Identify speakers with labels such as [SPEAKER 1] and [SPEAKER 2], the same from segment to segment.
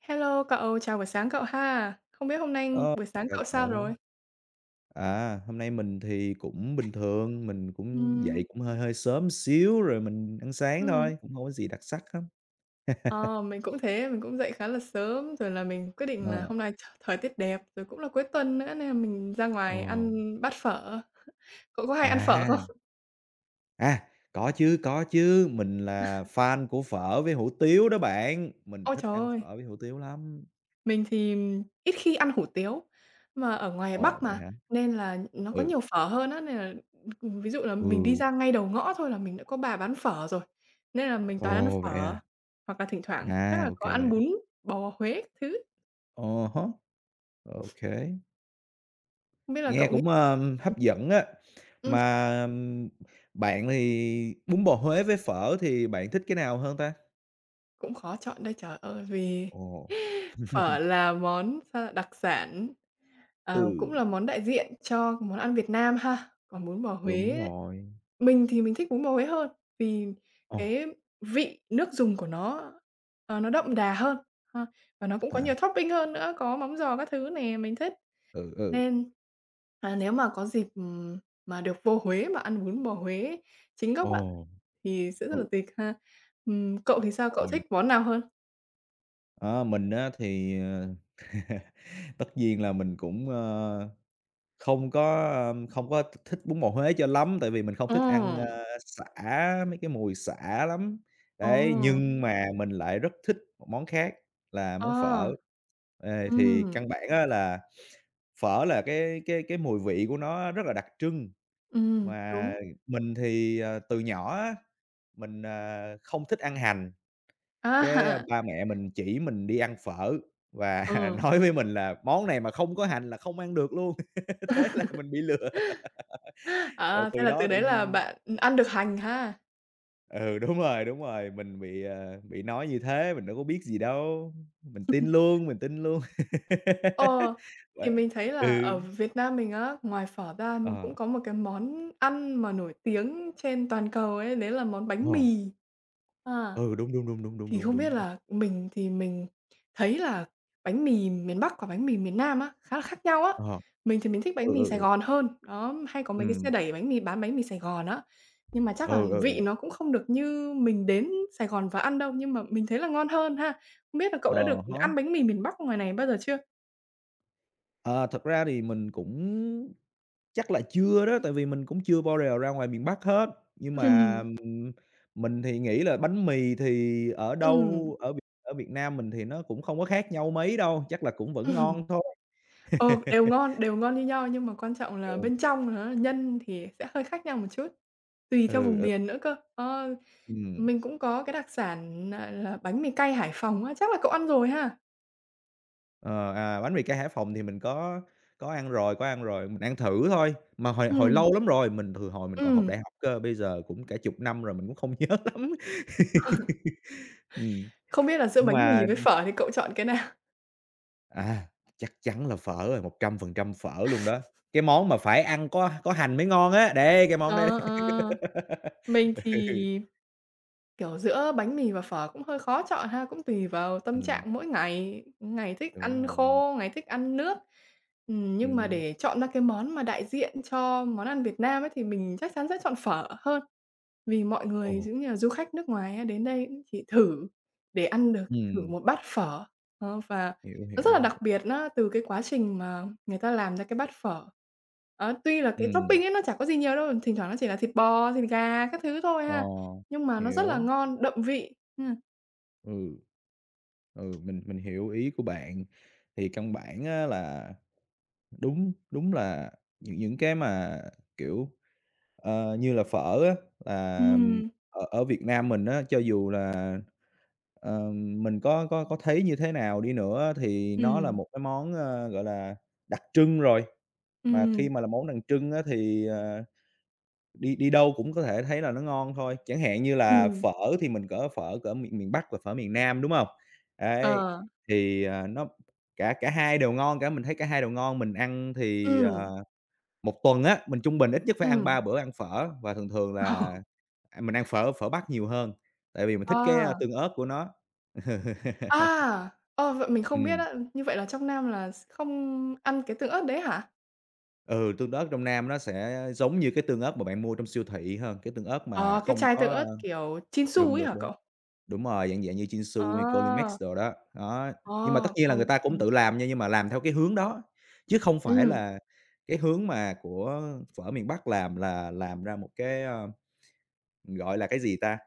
[SPEAKER 1] Hello cậu, chào buổi sáng cậu ha. Không biết hôm nay
[SPEAKER 2] Ơ,
[SPEAKER 1] buổi sáng
[SPEAKER 2] chào
[SPEAKER 1] cậu sao
[SPEAKER 2] cậu.
[SPEAKER 1] rồi?
[SPEAKER 2] À, hôm nay mình thì cũng bình thường, mình cũng
[SPEAKER 1] Ừm,
[SPEAKER 2] dậy cũng hơi hơi sớm xíu rồi mình ăn sáng
[SPEAKER 1] ừm,
[SPEAKER 2] thôi, cũng không có gì đặc sắc lắm.
[SPEAKER 1] ờ, mình cũng thế, mình cũng dậy khá là sớm, rồi là mình quyết định là
[SPEAKER 2] Ờ,
[SPEAKER 1] hôm nay thời tiết đẹp, rồi cũng là cuối tuần nữa nên là mình ra
[SPEAKER 2] ờ,
[SPEAKER 1] ngoài ăn bát phở. Cậu có hay ăn phở
[SPEAKER 2] à,
[SPEAKER 1] không?
[SPEAKER 2] à, có chứ, mình là fan của phở với hủ tiếu đó bạn, mình
[SPEAKER 1] Ôi
[SPEAKER 2] thích
[SPEAKER 1] trời
[SPEAKER 2] ăn
[SPEAKER 1] ơi!
[SPEAKER 2] phở với hủ tiếu lắm.
[SPEAKER 1] Mình thì ít khi ăn hủ tiếu, mà ở ngoài
[SPEAKER 2] Ồ,
[SPEAKER 1] Bắc
[SPEAKER 2] vậy
[SPEAKER 1] mà,
[SPEAKER 2] hả?
[SPEAKER 1] nên là nó có
[SPEAKER 2] Ừ,
[SPEAKER 1] nhiều phở hơn á, nên là, ví dụ là mình đi
[SPEAKER 2] ừ,
[SPEAKER 1] ra ngay đầu ngõ thôi là mình đã có bà bán phở rồi, nên là mình toàn ăn
[SPEAKER 2] ồ, vậy
[SPEAKER 1] phở,
[SPEAKER 2] à?
[SPEAKER 1] hoặc là thỉnh thoảng chắc
[SPEAKER 2] À,
[SPEAKER 1] là
[SPEAKER 2] ô
[SPEAKER 1] có
[SPEAKER 2] kê.
[SPEAKER 1] ăn bún bò Huế các thứ.
[SPEAKER 2] À há.
[SPEAKER 1] Không biết là
[SPEAKER 2] Nghe
[SPEAKER 1] cậu nghĩ.
[SPEAKER 2] cũng
[SPEAKER 1] ừm,
[SPEAKER 2] hấp dẫn á.
[SPEAKER 1] ừm,
[SPEAKER 2] Mà, bạn thì bún bò Huế với phở thì bạn thích cái nào hơn ta?
[SPEAKER 1] Cũng khó chọn đây trời ơi, vì
[SPEAKER 2] Ồ.
[SPEAKER 1] phở là món sao đặc sản. Cũng
[SPEAKER 2] Ừ,
[SPEAKER 1] là món đại diện cho món ăn Việt Nam ha. Còn bún bò Huế
[SPEAKER 2] đúng
[SPEAKER 1] ấy,
[SPEAKER 2] rồi.
[SPEAKER 1] mình thì mình thích bún bò Huế hơn, vì
[SPEAKER 2] Ồ,
[SPEAKER 1] cái vị nước dùng của nó, nó đậm đà hơn ha, và nó cũng có nhiều
[SPEAKER 2] à,
[SPEAKER 1] topping hơn nữa, có mắm giò các thứ này mình thích.
[SPEAKER 2] ừ, ừ,
[SPEAKER 1] Nên, nếu mà có dịp, mà được vô Huế mà ăn bún bò Huế chính gốc á,
[SPEAKER 2] ồ,
[SPEAKER 1] thì sẽ rất
[SPEAKER 2] ừ,
[SPEAKER 1] là tuyệt ha. Cậu thì sao? Cậu
[SPEAKER 2] rồi.
[SPEAKER 1] thích món nào hơn?
[SPEAKER 2] À mình á thì, tất nhiên là mình cũng, không có, không có thích bún bò Huế cho lắm, tại vì mình không
[SPEAKER 1] Ồ,
[SPEAKER 2] thích ăn, sả, mấy cái mùi sả lắm.
[SPEAKER 1] ồ,
[SPEAKER 2] Đấy, nhưng mà mình lại rất thích một món khác là món phở.
[SPEAKER 1] ờ,
[SPEAKER 2] Ê, thì
[SPEAKER 1] ừm,
[SPEAKER 2] căn bản á là phở là cái mùi vị của nó rất là đặc trưng, mà
[SPEAKER 1] đúng.
[SPEAKER 2] mình thì, từ nhỏ á, mình, không thích ăn hành, cái,
[SPEAKER 1] À.
[SPEAKER 2] ba mẹ mình chỉ mình đi ăn phở và
[SPEAKER 1] Ừ.
[SPEAKER 2] nói với mình là "Món này mà không có hành là không ăn được luôn." Thế là mình bị lừa. Rồi
[SPEAKER 1] À, thế
[SPEAKER 2] từ
[SPEAKER 1] là từ
[SPEAKER 2] đó tự
[SPEAKER 1] đấy là
[SPEAKER 2] nhiên
[SPEAKER 1] bạn, ăn được hành ha?
[SPEAKER 2] ừ, đúng rồi, mình bị, bị nói như thế, mình đâu có biết gì đâu, mình tin luôn, mình tin luôn.
[SPEAKER 1] Ờ, thì
[SPEAKER 2] Và
[SPEAKER 1] mình thấy là ở
[SPEAKER 2] ừ,
[SPEAKER 1] Việt Nam mình á, ngoài phở ra
[SPEAKER 2] ờ,
[SPEAKER 1] cũng có một cái món ăn mà nổi tiếng trên toàn cầu ấy, đấy là món bánh
[SPEAKER 2] ờ,
[SPEAKER 1] mì. À.
[SPEAKER 2] ừ, đúng, đúng, đúng, đúng, đúng,
[SPEAKER 1] Thì
[SPEAKER 2] đúng,
[SPEAKER 1] không biết
[SPEAKER 2] đúng.
[SPEAKER 1] là mình thì mình thấy là bánh mì miền Bắc và bánh mì miền Nam á, khá là khác nhau á.
[SPEAKER 2] Ờ,
[SPEAKER 1] Mình thì mình thích bánh
[SPEAKER 2] ừ,
[SPEAKER 1] mì
[SPEAKER 2] ừ,
[SPEAKER 1] Sài
[SPEAKER 2] ừ,
[SPEAKER 1] Gòn hơn, đó, hay có mấy cái xe
[SPEAKER 2] ừm,
[SPEAKER 1] đẩy bánh mì bán bánh mì Sài Gòn á. Nhưng mà chắc là
[SPEAKER 2] ừ, ừ,
[SPEAKER 1] vị
[SPEAKER 2] ừ,
[SPEAKER 1] nó cũng không được như mình đến Sài Gòn và ăn đâu, nhưng mà mình thấy là ngon hơn ha. Không biết là cậu
[SPEAKER 2] ờ
[SPEAKER 1] đã được
[SPEAKER 2] há.
[SPEAKER 1] ăn bánh mì miền Bắc ngoài này bao giờ chưa?
[SPEAKER 2] Ờ, thật ra thì mình cũng chắc là chưa đó, tại vì mình cũng chưa bao giờ ra ngoài miền Bắc hết, nhưng mà
[SPEAKER 1] Ừm.
[SPEAKER 2] mình thì nghĩ là bánh mì thì ở
[SPEAKER 1] Ừm.
[SPEAKER 2] đâu ở Việt Nam mình thì nó cũng không có khác nhau mấy đâu, chắc là cũng vẫn ngon thôi.
[SPEAKER 1] Ờ, đều ngon như nhau nhưng mà quan trọng là
[SPEAKER 2] Trường,
[SPEAKER 1] bên trong nó nhân thì sẽ hơi khác nhau một chút, tùy theo
[SPEAKER 2] ừ,
[SPEAKER 1] vùng
[SPEAKER 2] ừ,
[SPEAKER 1] miền nữa cơ. Ờ,
[SPEAKER 2] ừm,
[SPEAKER 1] mình cũng có cái đặc sản nà là bánh mì cay Hải Phòng á, chắc là cậu ăn rồi ha?
[SPEAKER 2] ờ, à, bánh mì cay Hải Phòng thì mình có ăn rồi, có ăn rồi, mình ăn thử thôi, mà hồi hồi
[SPEAKER 1] Ừm,
[SPEAKER 2] lâu lắm rồi, mình từ hồi mình còn học
[SPEAKER 1] ừm,
[SPEAKER 2] đại học cơ, bây giờ cũng cả chục năm rồi mình cũng không nhớ lắm. Ừm,
[SPEAKER 1] không biết là giữa
[SPEAKER 2] nhưng
[SPEAKER 1] bánh mì
[SPEAKER 2] mà
[SPEAKER 1] với phở thì cậu chọn cái nào?
[SPEAKER 2] à, chắc chắn là phở rồi, 100% phở luôn đó, cái món mà phải ăn có hành mới ngon á, đây cái món đây
[SPEAKER 1] Ờ,
[SPEAKER 2] đấy.
[SPEAKER 1] ờ, mình thì.
[SPEAKER 2] Ừ,
[SPEAKER 1] Kiểu, giữa bánh mì và phở cũng hơi khó chọn ha, cũng tùy vào tâm
[SPEAKER 2] ừm,
[SPEAKER 1] trạng mỗi ngày, ngày thích
[SPEAKER 2] đúng
[SPEAKER 1] ăn
[SPEAKER 2] rồi,
[SPEAKER 1] khô, ngày thích ăn nước. Nhưng mà
[SPEAKER 2] ừm,
[SPEAKER 1] để chọn ra cái món mà đại diện cho món ăn Việt Nam ấy thì mình chắc chắn sẽ chọn phở hơn. Vì mọi người
[SPEAKER 2] ồ,
[SPEAKER 1] những như du khách nước ngoài á, đến đây cũng chỉ thử để ăn được thử
[SPEAKER 2] ừm,
[SPEAKER 1] một bát phở, và
[SPEAKER 2] hiểu,
[SPEAKER 1] nó rất là
[SPEAKER 2] hiểu, hiểu,
[SPEAKER 1] đặc biệt nó từ cái quá trình mà người ta làm ra cái bát phở. Đó, tuy là cái
[SPEAKER 2] ừm,
[SPEAKER 1] topping ấy nó chả có gì nhiều đâu, thỉnh thoảng nó chỉ là thịt bò, thịt gà các thứ thôi
[SPEAKER 2] ờ,
[SPEAKER 1] ha, nhưng mà nó rất là
[SPEAKER 2] hiểu.
[SPEAKER 1] ngon, đậm vị.
[SPEAKER 2] Ừ. Ừ, mình hiểu ý của bạn. Thì căn bản á là đúng đúng là những cái mà, kiểu, như là phở á, là
[SPEAKER 1] Ừm,
[SPEAKER 2] ở ở Việt Nam mình á, cho dù là, mình có thấy như thế nào đi nữa thì nó là
[SPEAKER 1] ừm,
[SPEAKER 2] một cái món, gọi là, đặc trưng rồi, mà
[SPEAKER 1] ừm,
[SPEAKER 2] khi mà là món đặc trưng á thì, đi đi đâu cũng có thể thấy là nó ngon thôi, chẳng hạn như là
[SPEAKER 1] ừm,
[SPEAKER 2] phở thì mình có phở cỡ miền miền Bắc và phở miền Nam, đúng hông? Đấy,
[SPEAKER 1] ờ,
[SPEAKER 2] thì, nó cả cả hai đều ngon cả, mình thấy cả hai đều ngon. Mình ăn thì,
[SPEAKER 1] ừm,
[SPEAKER 2] 1 tuần á, mình trung bình ít nhất phải ăn
[SPEAKER 1] ừm.
[SPEAKER 2] 3 bữa ăn phở và thường thường là, mình ăn phở phở Bắc nhiều hơn, tại vì mình
[SPEAKER 1] Ờ,
[SPEAKER 2] thích cái,
[SPEAKER 1] à,
[SPEAKER 2] tương ớt của nó.
[SPEAKER 1] à, ờ, vậy mình không biết
[SPEAKER 2] Ừm,
[SPEAKER 1] á, như vậy là trong Nam là không ăn cái tương ớt đấy hả?
[SPEAKER 2] ừ, tương ớt trong Nam nó sẽ giống như cái tương ớt mà bạn mua trong siêu thị hơn, cái tương ớt mà
[SPEAKER 1] Ờ, cái
[SPEAKER 2] không
[SPEAKER 1] chai tương
[SPEAKER 2] có
[SPEAKER 1] ớt kiểu Chinsu
[SPEAKER 2] đúng,
[SPEAKER 1] ấy
[SPEAKER 2] đúng,
[SPEAKER 1] hả
[SPEAKER 2] đúng.
[SPEAKER 1] cậu?
[SPEAKER 2] Đúng rồi, dạng dạng như
[SPEAKER 1] Ờ.
[SPEAKER 2] Chinsu hay Colimex đồ đó, đó. Nhưng mà tất
[SPEAKER 1] Ờ,
[SPEAKER 2] nhiên là người
[SPEAKER 1] còn
[SPEAKER 2] ta cũng
[SPEAKER 1] ừm,
[SPEAKER 2] tự làm nha, nhưng mà làm theo cái hướng đó, chứ không phải
[SPEAKER 1] ừm.
[SPEAKER 2] là cái hướng mà của phở miền Bắc làm là làm ra một cái, gọi là cái gì ta?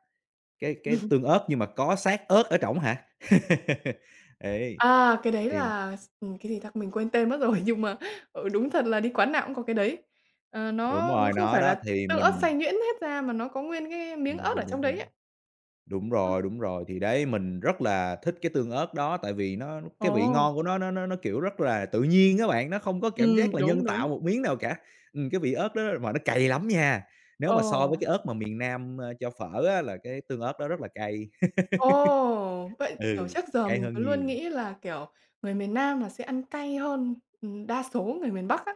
[SPEAKER 2] Cái tương ớt nhưng mà có xác ớt ở trỏng hả? Ấy,
[SPEAKER 1] Cái đấy
[SPEAKER 2] thì
[SPEAKER 1] là cái gì ta? Mình quên tên mất rồi. Nhưng mà, đúng thật là đi quán nào cũng có cái đấy. Ờ,
[SPEAKER 2] đúng
[SPEAKER 1] nó
[SPEAKER 2] rồi,
[SPEAKER 1] không
[SPEAKER 2] nó
[SPEAKER 1] phải
[SPEAKER 2] đó,
[SPEAKER 1] là
[SPEAKER 2] thì
[SPEAKER 1] tương ớt xay
[SPEAKER 2] mình
[SPEAKER 1] nhuyễn hết ra mà nó có nguyên cái miếng
[SPEAKER 2] đúng, đúng,
[SPEAKER 1] ớt ở
[SPEAKER 2] đúng, đúng,
[SPEAKER 1] trong đấy
[SPEAKER 2] đúng.
[SPEAKER 1] ấy. Ừm.
[SPEAKER 2] Đúng rồi, thì đấy, mình rất là thích cái tương ớt đó, tại vì nó cái vị
[SPEAKER 1] Ồ.
[SPEAKER 2] ngon của nó nó, kiểu, rất là tự nhiên á bạn, nó không có cảm giác
[SPEAKER 1] Ừm.
[SPEAKER 2] là
[SPEAKER 1] Đúng,
[SPEAKER 2] nhân
[SPEAKER 1] đúng.
[SPEAKER 2] tạo một miếng nào cả. Cái vị ớt đó mà nó cay lắm nha, nếu mà so
[SPEAKER 1] Ờ.
[SPEAKER 2] với cái ớt mà miền Nam, cho phở á là cái tương ớt đó rất là cay.
[SPEAKER 1] Ồ! Vậy, kiểu,
[SPEAKER 2] Ừ,
[SPEAKER 1] trước giờ
[SPEAKER 2] cay
[SPEAKER 1] mình
[SPEAKER 2] hơn
[SPEAKER 1] cứ
[SPEAKER 2] nhiều.
[SPEAKER 1] luôn nghĩ là, kiểu, người miền Nam là sẽ ăn cay hơn, đa số người miền Bắc á.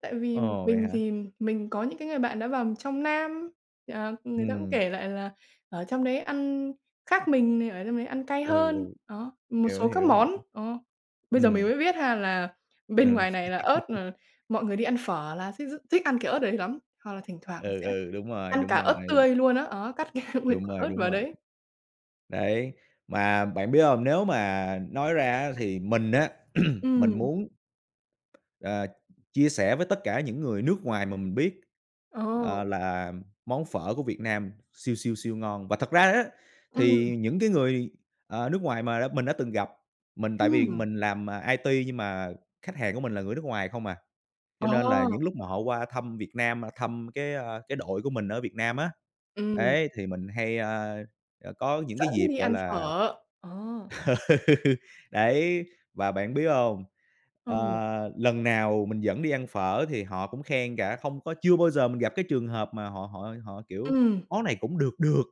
[SPEAKER 1] Tại vì
[SPEAKER 2] Ồ, vậy
[SPEAKER 1] mình
[SPEAKER 2] hả?
[SPEAKER 1] thì mình có những cái người bạn đã vào trong Nam, người ta cũng
[SPEAKER 2] Ừm,
[SPEAKER 1] kể lại là ở trong đấy ăn khác mình này, ở trong đấy ăn cay
[SPEAKER 2] ừ,
[SPEAKER 1] hơn,
[SPEAKER 2] ừ,
[SPEAKER 1] đó, một
[SPEAKER 2] hiểu,
[SPEAKER 1] số các
[SPEAKER 2] hiểu, hiểu.
[SPEAKER 1] món. Ờ, bây giờ mình
[SPEAKER 2] Ừm,
[SPEAKER 1] mới biết ha là bên
[SPEAKER 2] ừm,
[SPEAKER 1] ngoài này là ớt là mọi người đi ăn phở là thích rất thích ăn cái ớt đấy lắm, hoặc là thỉnh thoảng là
[SPEAKER 2] ừ,
[SPEAKER 1] sẽ
[SPEAKER 2] ừ, đúng rồi,
[SPEAKER 1] ăn
[SPEAKER 2] đúng
[SPEAKER 1] cả ớt
[SPEAKER 2] rồi,
[SPEAKER 1] tươi luôn á, đó, cắt nguyên
[SPEAKER 2] đúng
[SPEAKER 1] quả
[SPEAKER 2] rồi,
[SPEAKER 1] ớt
[SPEAKER 2] đúng
[SPEAKER 1] vào
[SPEAKER 2] rồi.
[SPEAKER 1] đấy.
[SPEAKER 2] Đấy, mà bạn biết không? Nếu mà nói ra á thì mình á, mình
[SPEAKER 1] Ừm.
[SPEAKER 2] muốn, ờ, chia sẻ với tất cả những người nước ngoài mà mình biết,
[SPEAKER 1] Ồ,
[SPEAKER 2] là món phở của Việt Nam siêu, siêu, siêu ngon. Và thật ra á
[SPEAKER 1] ừm,
[SPEAKER 2] thì những cái người, nước ngoài mà mình đã từng gặp, mình tại vì
[SPEAKER 1] ừm,
[SPEAKER 2] mình làm, IT nhưng mà khách hàng của mình là người nước ngoài không à. Cho
[SPEAKER 1] ờ,
[SPEAKER 2] nên là những lúc mà họ qua thăm Việt Nam, thăm cái, cái đội của mình ở Việt Nam á,
[SPEAKER 1] ừm,
[SPEAKER 2] ấy, thì mình hay, có những cái
[SPEAKER 1] dẫn
[SPEAKER 2] dịp,
[SPEAKER 1] đi
[SPEAKER 2] gọi
[SPEAKER 1] ăn
[SPEAKER 2] là
[SPEAKER 1] phở. Ờ,
[SPEAKER 2] đấy, và bạn biết hông,
[SPEAKER 1] ừm,
[SPEAKER 2] lần nào mình dẫn đi ăn phở thì họ cũng khen cả, không có chưa bao giờ mình gặp cái trường hợp mà họ họ họ, kiểu,
[SPEAKER 1] ừm,
[SPEAKER 2] món này cũng được được.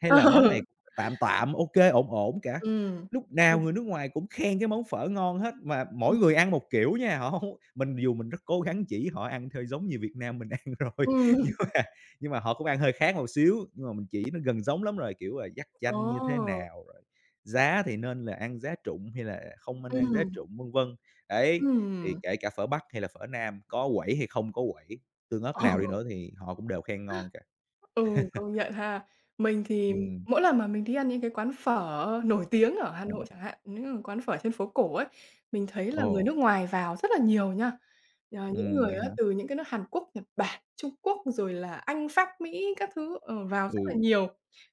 [SPEAKER 2] Hay là món
[SPEAKER 1] ờ,
[SPEAKER 2] này cũng tạm tạm, ok ổn ổn cả.
[SPEAKER 1] ừm,
[SPEAKER 2] Lúc nào
[SPEAKER 1] ừm,
[SPEAKER 2] người nước ngoài cũng khen cái món phở ngon hết, mà
[SPEAKER 1] ừm,
[SPEAKER 2] mỗi người ăn một kiểu nha, họ hông mình dù mình rất cố gắng chỉ họ ăn theo giống như Việt Nam mình ăn rồi,
[SPEAKER 1] ừm,
[SPEAKER 2] nhưng mà nhưng mà họ cũng ăn hơi khác một xíu, nhưng mà mình chỉ nó gần giống lắm rồi, kiểu là dắt
[SPEAKER 1] ồ,
[SPEAKER 2] chanh như thế nào, rồi giá thì nên là ăn giá trụng hay là không nên ăn giá
[SPEAKER 1] ừm,
[SPEAKER 2] trụng, vân vân. Đấy, thì
[SPEAKER 1] ừm,
[SPEAKER 2] kể cả phở Bắc hay là phở Nam, có quẩy hay không có quẩy, tương ớt
[SPEAKER 1] ờ,
[SPEAKER 2] nào đi nữa thì họ cũng đều khen ngon cả.
[SPEAKER 1] ừ, công nhận ha. Mình thì
[SPEAKER 2] Ừm,
[SPEAKER 1] mỗi lần mà mình đi ăn những cái quán phở nổi tiếng ở Hà
[SPEAKER 2] ờ,
[SPEAKER 1] Nội chẳng hạn, những cái quán phở trên phố cổ ấy, mình thấy
[SPEAKER 2] ờ.
[SPEAKER 1] là người nước ngoài vào rất là nhiều nha. Ờ, những người
[SPEAKER 2] Vậy
[SPEAKER 1] á,
[SPEAKER 2] hả?
[SPEAKER 1] từ những cái nước Hàn Quốc, Nhật Bản, Trung Quốc rồi là Anh, Pháp, Mỹ các thứ, vào rất là
[SPEAKER 2] Ừ,
[SPEAKER 1] nhiều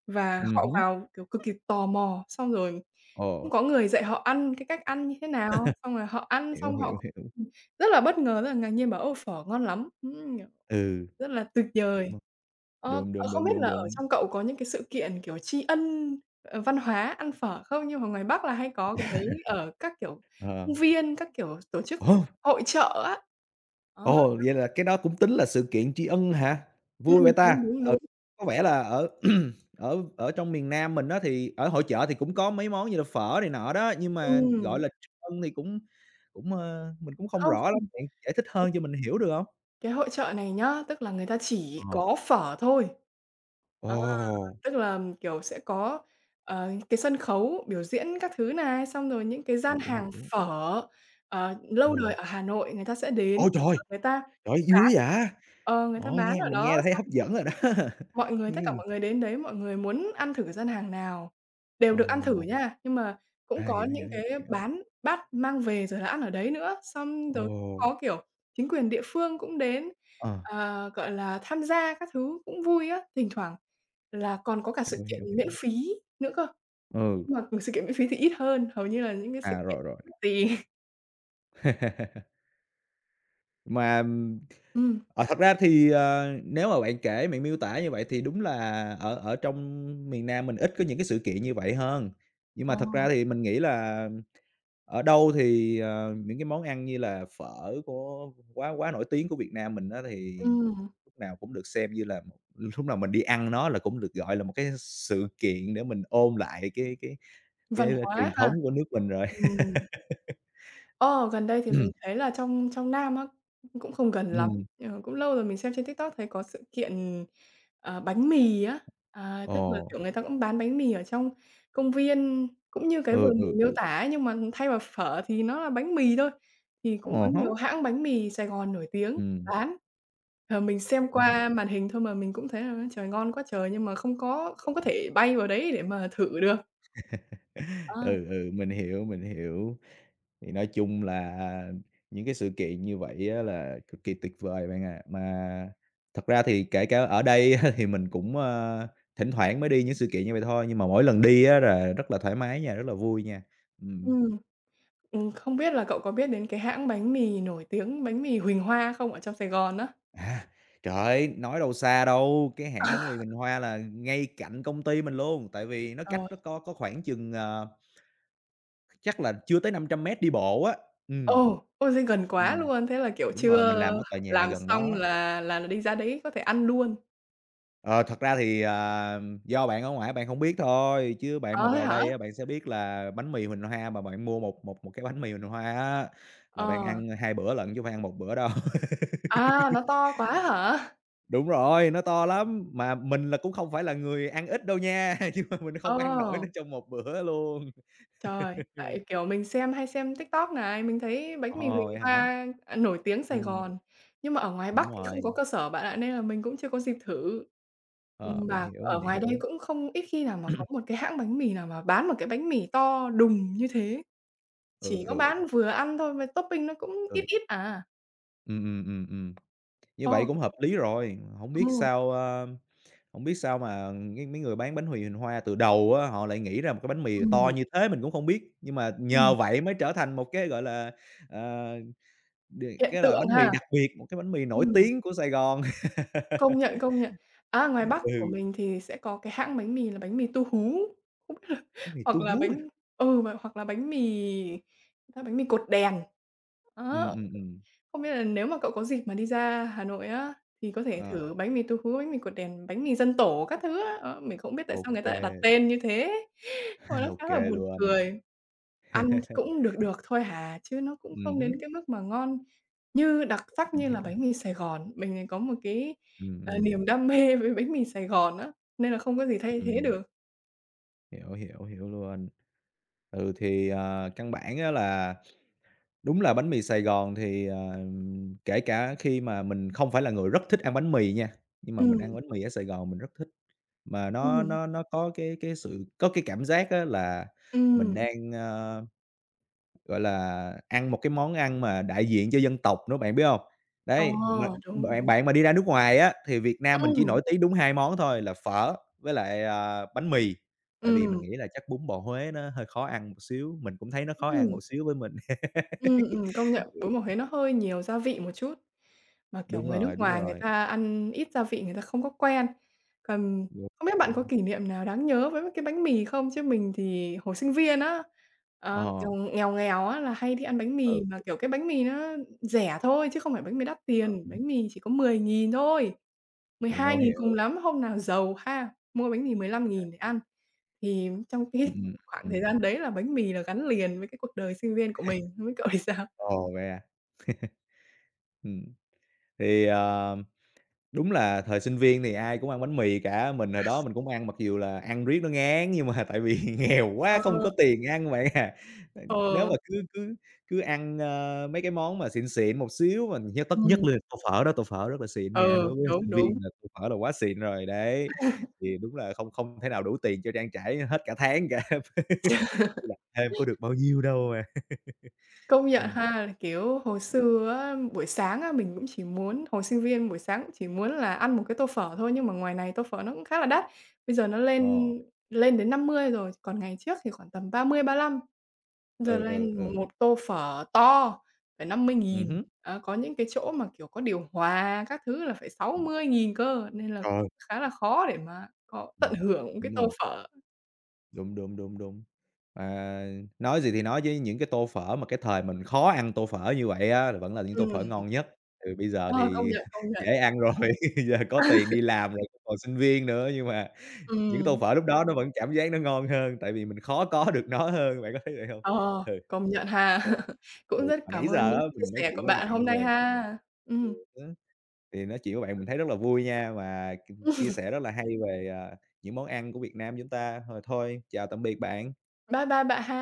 [SPEAKER 1] và họ
[SPEAKER 2] hứm,
[SPEAKER 1] vào, kiểu, cực kỳ tò mò, xong rồi
[SPEAKER 2] ồ,
[SPEAKER 1] cũng có người dạy họ ăn cái cách ăn như thế nào, xong rồi họ ăn
[SPEAKER 2] hiểu,
[SPEAKER 1] xong họ
[SPEAKER 2] hiểu,
[SPEAKER 1] cũng
[SPEAKER 2] hiểu.
[SPEAKER 1] ừ, rất là bất ngờ, rất là ngạc nhiên, bảo: "Ô, phở ngon lắm!" Ừm.
[SPEAKER 2] Ừ,
[SPEAKER 1] Rất là tuyệt
[SPEAKER 2] đúng
[SPEAKER 1] vời.
[SPEAKER 2] rồi,
[SPEAKER 1] Ờ,
[SPEAKER 2] đúng,
[SPEAKER 1] ờ,
[SPEAKER 2] đúng,
[SPEAKER 1] không
[SPEAKER 2] đúng,
[SPEAKER 1] biết
[SPEAKER 2] đúng,
[SPEAKER 1] là ở
[SPEAKER 2] đúng.
[SPEAKER 1] trong cậu có những cái sự kiện, kiểu, tri ân, văn hóa ăn phở không? Nhưng mà ngoài Bắc là hay có cái đấy ở các, kiểu,
[SPEAKER 2] Ờ.
[SPEAKER 1] công viên, các, kiểu, tổ chức
[SPEAKER 2] Ồ!
[SPEAKER 1] hội chợ á. Đó,
[SPEAKER 2] Ồ, vậy là cái đó cũng tính là sự kiện tri ân hả? Vui vậy ta?
[SPEAKER 1] đúng, đúng,
[SPEAKER 2] Ừ,
[SPEAKER 1] đúng.
[SPEAKER 2] có vẻ là ở ở ở trong miền Nam mình á thì ở hội chợ thì cũng có mấy món như là phở này nọ đó, nhưng mà,
[SPEAKER 1] Ừm,
[SPEAKER 2] gọi là, tri ân thì cũng cũng, mình cũng không
[SPEAKER 1] không,
[SPEAKER 2] rõ
[SPEAKER 1] không,
[SPEAKER 2] lắm, bạn giải thích hơn cho mình hiểu được hông?
[SPEAKER 1] cái hội chợ này nhá, tức là người ta chỉ
[SPEAKER 2] Ờ,
[SPEAKER 1] có phở thôi.
[SPEAKER 2] ồ,
[SPEAKER 1] Tức là, kiểu, sẽ có, cái sân khấu biểu diễn các thứ này, xong rồi những cái gian
[SPEAKER 2] hiểu,
[SPEAKER 1] hàng
[SPEAKER 2] hiểu,
[SPEAKER 1] phở, lâu đời
[SPEAKER 2] ồ.
[SPEAKER 1] ở Hà Nội người ta sẽ đến,
[SPEAKER 2] Ôi trời!
[SPEAKER 1] người ta
[SPEAKER 2] Trời, ơi,
[SPEAKER 1] bán
[SPEAKER 2] vui quá vậy!
[SPEAKER 1] người ta
[SPEAKER 2] Ồ,
[SPEAKER 1] bán
[SPEAKER 2] nghe
[SPEAKER 1] ở
[SPEAKER 2] mình
[SPEAKER 1] đó
[SPEAKER 2] nghe là thấy
[SPEAKER 1] xong,
[SPEAKER 2] hấp
[SPEAKER 1] kiểu,
[SPEAKER 2] dẫn rồi đó.
[SPEAKER 1] mọi người tất cả
[SPEAKER 2] Ừm.
[SPEAKER 1] mọi người đến đấy, mọi người muốn ăn thử gian hàng nào đều
[SPEAKER 2] Ồ,
[SPEAKER 1] được ăn thử nha. Nhưng mà cũng
[SPEAKER 2] à,
[SPEAKER 1] có
[SPEAKER 2] hiểu,
[SPEAKER 1] những
[SPEAKER 2] hiểu, hiểu,
[SPEAKER 1] cái
[SPEAKER 2] hiểu.
[SPEAKER 1] bán bát mang về rồi là ăn ở đấy nữa, xong rồi cũng
[SPEAKER 2] Ồ,
[SPEAKER 1] có, kiểu, chính quyền địa phương cũng đến,
[SPEAKER 2] ờ,
[SPEAKER 1] gọi là, tham gia các thứ cũng vui á. Thỉnh thoảng là còn có cả sự
[SPEAKER 2] hiểu,
[SPEAKER 1] kiện
[SPEAKER 2] hiểu,
[SPEAKER 1] miễn
[SPEAKER 2] hiểu.
[SPEAKER 1] phí nữa cơ,
[SPEAKER 2] Ừ,
[SPEAKER 1] nhưng mà, sự kiện miễn phí thì ít hơn, hầu như là những cái sự
[SPEAKER 2] à,
[SPEAKER 1] kiện
[SPEAKER 2] rồi, rồi.
[SPEAKER 1] mất tiền.
[SPEAKER 2] Mà,
[SPEAKER 1] Ừm.
[SPEAKER 2] thật ra thì, nếu mà bạn kể, bạn miêu tả như vậy thì đúng là ở ở trong miền Nam mình ít có những cái sự kiện như vậy hơn. Nhưng
[SPEAKER 1] Ờ.
[SPEAKER 2] mà thật ra thì mình nghĩ là ở đâu thì, những cái món ăn như là phở của quá quá nổi tiếng của Việt Nam mình á, thì
[SPEAKER 1] Ừm,
[SPEAKER 2] lúc nào cũng được xem như là một lúc nào mình đi ăn nó là cũng được gọi là một cái sự kiện để mình ôn lại
[SPEAKER 1] văn
[SPEAKER 2] cái,
[SPEAKER 1] hóa
[SPEAKER 2] truyền
[SPEAKER 1] ha.
[SPEAKER 2] thống của nước mình rồi.
[SPEAKER 1] Ừm. Ờ, gần đây thì mình thấy là trong trong Nam á, cũng không gần lắm,
[SPEAKER 2] Ừm,
[SPEAKER 1] cũng lâu rồi mình xem trên TikTok thấy có sự kiện, bánh mì á,
[SPEAKER 2] ồ,
[SPEAKER 1] tức là, kiểu, người ta cũng bán bánh mì ở trong công viên, cũng như cái
[SPEAKER 2] ừ,
[SPEAKER 1] vừa
[SPEAKER 2] ừ,
[SPEAKER 1] mình
[SPEAKER 2] ừ,
[SPEAKER 1] miêu tả ấy, nhưng mà thay vào phở thì nó là bánh mì thôi. Thì
[SPEAKER 2] à
[SPEAKER 1] cũng có
[SPEAKER 2] há,
[SPEAKER 1] nhiều hãng bánh mì Sài Gòn nổi tiếng
[SPEAKER 2] ừm,
[SPEAKER 1] bán. Ờ, mình xem
[SPEAKER 2] hiểu, hiểu.
[SPEAKER 1] qua màn hình thôi mà mình cũng thấy là "Ôi trời, ngon quá trời!" nhưng mà không có thể bay vào đấy để mà thử được. Ờ.
[SPEAKER 2] Ừ, ừ, mình hiểu, mình hiểu. Thì nói chung là những cái sự kiện như vậy á là cực kỳ tuyệt vời bạn ạ. Mà thật ra thì kể cả ở đây á thì mình cũng, thỉnh thoảng mới đi những sự kiện như vậy thôi, nhưng mà mỗi lần đi á là rất là thoải mái nha, rất là vui nha. Ừm.
[SPEAKER 1] Ừm. Không biết là cậu có biết đến cái hãng bánh mì nổi tiếng, bánh mì Huỳnh Hoa không? Ở trong Sài Gòn á.
[SPEAKER 2] À, trời ơi, nói đâu xa đâu, cái hãng bánh mì Bình Hoa là ngay cạnh công ty mình luôn, tại vì nó
[SPEAKER 1] Ờ,
[SPEAKER 2] cách nó có khoảng chừng, chắc là chưa tới 500 m đi bộ á. Ừm.
[SPEAKER 1] ồ, ôi, thế gần quá
[SPEAKER 2] Ừm,
[SPEAKER 1] luôn, thế là, kiểu,
[SPEAKER 2] đúng rồi, mình
[SPEAKER 1] trưa
[SPEAKER 2] làm ở tòa nhà
[SPEAKER 1] làm
[SPEAKER 2] gần
[SPEAKER 1] xong
[SPEAKER 2] đó.
[SPEAKER 1] là đi ra đấy có thể ăn luôn.
[SPEAKER 2] Ờ, thật ra thì, do bạn ở ngoài bạn không biết thôi, chứ bạn mà
[SPEAKER 1] Ờ, thế
[SPEAKER 2] vào
[SPEAKER 1] hả?
[SPEAKER 2] đây á, bạn sẽ biết là bánh mì Huỳnh Hoa mà bạn mua một một một cái bánh mì Huỳnh Hoa á, là bạn
[SPEAKER 1] Ờ.
[SPEAKER 2] ăn 2 bữa lận chứ không phải ăn một bữa đâu.
[SPEAKER 1] À, nó to quá hả?
[SPEAKER 2] Đúng rồi, nó to lắm, mà mình là cũng không phải là người ăn ít đâu nha, nhưng mà mình không ăn nổi
[SPEAKER 1] Ờ,
[SPEAKER 2] nó trong một bữa luôn.
[SPEAKER 1] trời, tại, kiểu, mình xem hay xem TikTok này, mình thấy bánh mì
[SPEAKER 2] Ồ,
[SPEAKER 1] Huỳnh
[SPEAKER 2] vậy hả?
[SPEAKER 1] Hoa, nổi tiếng Sài
[SPEAKER 2] Ừm,
[SPEAKER 1] Gòn, nhưng mà ở ngoài Bắc
[SPEAKER 2] đúng
[SPEAKER 1] thì không có
[SPEAKER 2] rồi,
[SPEAKER 1] cơ sở bạn ạ, nên là mình cũng chưa có dịp thử. Ừm,
[SPEAKER 2] ờ, mình
[SPEAKER 1] và
[SPEAKER 2] hiểu,
[SPEAKER 1] ở
[SPEAKER 2] mình
[SPEAKER 1] ngoài đây
[SPEAKER 2] hiểu.
[SPEAKER 1] cũng không ít khi nào mà có một cái hãng bánh mì nào mà bán một cái bánh mì to đùng như thế, chỉ
[SPEAKER 2] Ừ,
[SPEAKER 1] có
[SPEAKER 2] ừ,
[SPEAKER 1] bán vừa ăn thôi mà topping nó cũng ít
[SPEAKER 2] ừ,
[SPEAKER 1] ít à.
[SPEAKER 2] ừm, ừm, ừm, ừm, như vậy
[SPEAKER 1] Ồ,
[SPEAKER 2] cũng hợp lý rồi, không biết
[SPEAKER 1] ừ,
[SPEAKER 2] sao, hổng biết sao mà cái mấy người bán bánh mì hình hoa từ đầu á, họ lại nghĩ ra một cái bánh mì
[SPEAKER 1] ừm,
[SPEAKER 2] to như thế mình cũng không biết, nhưng mà
[SPEAKER 1] ừm,
[SPEAKER 2] nhờ vậy mới trở thành một cái, gọi là, ờ, đ
[SPEAKER 1] hiện
[SPEAKER 2] cái là
[SPEAKER 1] tượng
[SPEAKER 2] bánh mì
[SPEAKER 1] ha.
[SPEAKER 2] đặc biệt, một cái bánh mì nổi
[SPEAKER 1] Ừm,
[SPEAKER 2] tiếng của Sài Gòn.
[SPEAKER 1] công nhận, công nhận. Á, ngoài Bắc của
[SPEAKER 2] Ừ,
[SPEAKER 1] mình thì sẽ có cái hãng bánh mì là bánh mì Tu Hú, không biết là
[SPEAKER 2] bánh mì
[SPEAKER 1] hoặc
[SPEAKER 2] tu
[SPEAKER 1] là
[SPEAKER 2] hú à.
[SPEAKER 1] bánh và hoặc là bánh mì ta bánh mì cột đèn, á.
[SPEAKER 2] Ừm, ừm, ừm.
[SPEAKER 1] Không biết là nếu mà cậu có dịp mà đi ra Hà Nội á, thì có thể
[SPEAKER 2] Ờ,
[SPEAKER 1] thử bánh mì tú hú, bánh mì cột đèn, bánh mì dân tổ các thứ á. Đó, mình không biết tại
[SPEAKER 2] ô
[SPEAKER 1] sao người ta
[SPEAKER 2] kê,
[SPEAKER 1] lại đặt tên như thế, nhưng mà nó
[SPEAKER 2] ô
[SPEAKER 1] khá là
[SPEAKER 2] kê
[SPEAKER 1] buồn
[SPEAKER 2] luôn.
[SPEAKER 1] cười. Ăn cũng được được thôi hà, chứ nó cũng không đến
[SPEAKER 2] Hứm,
[SPEAKER 1] cái mức mà ngon như đặc sắc
[SPEAKER 2] mình
[SPEAKER 1] như là
[SPEAKER 2] hiểu.
[SPEAKER 1] bánh mì Sài Gòn. Mình thì có một cái,
[SPEAKER 2] Ừm, ừm,
[SPEAKER 1] niềm đam mê với bánh mì Sài Gòn á, nên là không có gì thay thế
[SPEAKER 2] ừm,
[SPEAKER 1] được.
[SPEAKER 2] hiểu, hiểu, hiểu luôn. Ừ, thì, ờ, căn bản á là Đúng là bánh mì Sài Gòn thì, kể cả khi mà mình không phải là người rất thích ăn bánh mì nha, nhưng mà mình
[SPEAKER 1] Ừm,
[SPEAKER 2] ăn bánh mì ở Sài Gòn mình rất thích, mà nó
[SPEAKER 1] ừm,
[SPEAKER 2] nó nó có cái sự có cái cảm giác á là mình
[SPEAKER 1] ừm.
[SPEAKER 2] đang, gọi là, ăn một cái món ăn mà đại diện cho dân tộc nữa, bạn biết không?
[SPEAKER 1] Ờ,
[SPEAKER 2] Đấy, mà
[SPEAKER 1] đúng,
[SPEAKER 2] bạn
[SPEAKER 1] đúng.
[SPEAKER 2] bạn mà đi ra nước ngoài á, thì Việt Nam mình chỉ
[SPEAKER 1] Ừm,
[SPEAKER 2] nổi tiếng đúng 2 món thôi là phở với lại, bánh mì, tại vì mình
[SPEAKER 1] ừm,
[SPEAKER 2] nghĩ là chắc bún bò Huế nó hơi khó ăn một xíu, mình cũng thấy nó khó ăn
[SPEAKER 1] ừm.
[SPEAKER 2] một xíu với mình.
[SPEAKER 1] Công nhận. Bún bò Huế nó hơi nhiều gia vị một chút, mà, kiểu,
[SPEAKER 2] Đúng
[SPEAKER 1] người nước
[SPEAKER 2] rồi, đúng
[SPEAKER 1] ngoài người
[SPEAKER 2] rồi.
[SPEAKER 1] ta ăn ít gia vị người ta không có quen. Còn
[SPEAKER 2] Đúng,
[SPEAKER 1] không biết
[SPEAKER 2] đúng,
[SPEAKER 1] bạn có
[SPEAKER 2] đúng.
[SPEAKER 1] kỷ niệm nào đáng nhớ với cái bánh mì không? Chứ mình thì hồi sinh viên á,
[SPEAKER 2] Ờ,
[SPEAKER 1] kiểu, nghèo nghèo á là hay đi ăn bánh mì
[SPEAKER 2] ừ,
[SPEAKER 1] mà, kiểu, cái bánh mì nó rẻ thôi chứ không phải bánh mì đắt tiền,
[SPEAKER 2] ừ,
[SPEAKER 1] bánh mì chỉ có 10.000 thôi, mười hai
[SPEAKER 2] hiểu,
[SPEAKER 1] nghìn cùng
[SPEAKER 2] hiểu.
[SPEAKER 1] lắm, hôm nào giàu ha, mua bánh mì 15.000 để ăn. Thì trong
[SPEAKER 2] Ừm,
[SPEAKER 1] cái
[SPEAKER 2] ừm,
[SPEAKER 1] khoảng thời
[SPEAKER 2] ừm.
[SPEAKER 1] gian đấy là bánh mì là gắn liền với cái cuộc đời sinh viên của mình, không biết cậu thì sao?
[SPEAKER 2] Ồ, vậy à? Ừm, thì, ờ Đúng là thời sinh viên thì ai cũng ăn bánh mì cả, mình hồi đó mình cũng ăn mặc dù là ăn riết nó ngán nhưng mà tại vì nghèo quá
[SPEAKER 1] Ờ,
[SPEAKER 2] không có tiền ăn bạn à. Ờ, nếu
[SPEAKER 1] ờ,
[SPEAKER 2] mà cứ cứ cứ ăn, mấy cái món mà xịn xịn một xíu mà nhất
[SPEAKER 1] ừm,
[SPEAKER 2] là tô phở đó, tô phở rất là xịn nha,
[SPEAKER 1] ừ,
[SPEAKER 2] đối với
[SPEAKER 1] đúng,
[SPEAKER 2] sinh
[SPEAKER 1] đúng.
[SPEAKER 2] viên là tô phở là quá xịn rồi, đấy. Thì đúng là không không thể nào đủ tiền cho trang trải hết cả tháng cả, là thêm có được bao nhiêu đâu à.
[SPEAKER 1] Công nhận
[SPEAKER 2] Ừm,
[SPEAKER 1] ha, là, kiểu, hồi xưa á, buổi sáng á, mình cũng chỉ muốn hồi sinh viên buổi sáng cũng chỉ muốn là ăn một cái tô phở thôi, nhưng mà ngoài này tô phở nó cũng khá là đắt. Bây giờ nó lên
[SPEAKER 2] ờ,
[SPEAKER 1] lên đến 50 rồi, còn ngày trước thì khoảng tầm 30, lăm giờ
[SPEAKER 2] ừ, ừ,
[SPEAKER 1] lên
[SPEAKER 2] ừ,
[SPEAKER 1] một tô phở to phải 50.000.
[SPEAKER 2] hứm.
[SPEAKER 1] Đó, có những cái chỗ mà, kiểu, có điều hòa các thứ là phải sáu
[SPEAKER 2] Ờ,
[SPEAKER 1] mươi nghìn cơ, nên là
[SPEAKER 2] trời,
[SPEAKER 1] khá là khó để mà có
[SPEAKER 2] ừm,
[SPEAKER 1] tận hưởng cái
[SPEAKER 2] đúng
[SPEAKER 1] tô
[SPEAKER 2] rồi.
[SPEAKER 1] phở.
[SPEAKER 2] Đúng, đúng, đúng, đúng. À, nói gì thì nói chứ những cái tô phở mà cái thời mình khó ăn tô phở như vậy á, là vẫn là những tô phở
[SPEAKER 1] Ừm,
[SPEAKER 2] ngon nhất. Ừ, bây giờ
[SPEAKER 1] ờ, công
[SPEAKER 2] thì
[SPEAKER 1] nhận, công nhận.
[SPEAKER 2] dễ ăn rồi, giờ có tiền đi làm rồi, còn sinh viên nữa, nhưng mà những tô
[SPEAKER 1] Ừm,
[SPEAKER 2] phở lúc đó nó vẫn cảm giác nó ngon hơn, tại vì mình khó có được nó hơn, bạn có thấy vậy không?
[SPEAKER 1] ờ,
[SPEAKER 2] Ừ.
[SPEAKER 1] công nhận ha.
[SPEAKER 2] OK. Ừ,
[SPEAKER 1] Cũng rất
[SPEAKER 2] mà nãy
[SPEAKER 1] cảm ơn
[SPEAKER 2] giờ
[SPEAKER 1] những
[SPEAKER 2] á
[SPEAKER 1] cái chia
[SPEAKER 2] mình nói
[SPEAKER 1] sẻ của
[SPEAKER 2] chuyện với
[SPEAKER 1] bạn
[SPEAKER 2] bạn
[SPEAKER 1] hôm
[SPEAKER 2] về
[SPEAKER 1] nay ha.
[SPEAKER 2] nhiều
[SPEAKER 1] Ừm,
[SPEAKER 2] thứ, thì nói chuyện với bạn mình thấy rất là vui nha và chia sẻ rất là hay về, những món ăn của Việt Nam chúng ta. Rồi thôi chào tạm biệt bạn.
[SPEAKER 1] bye bye bạn ha.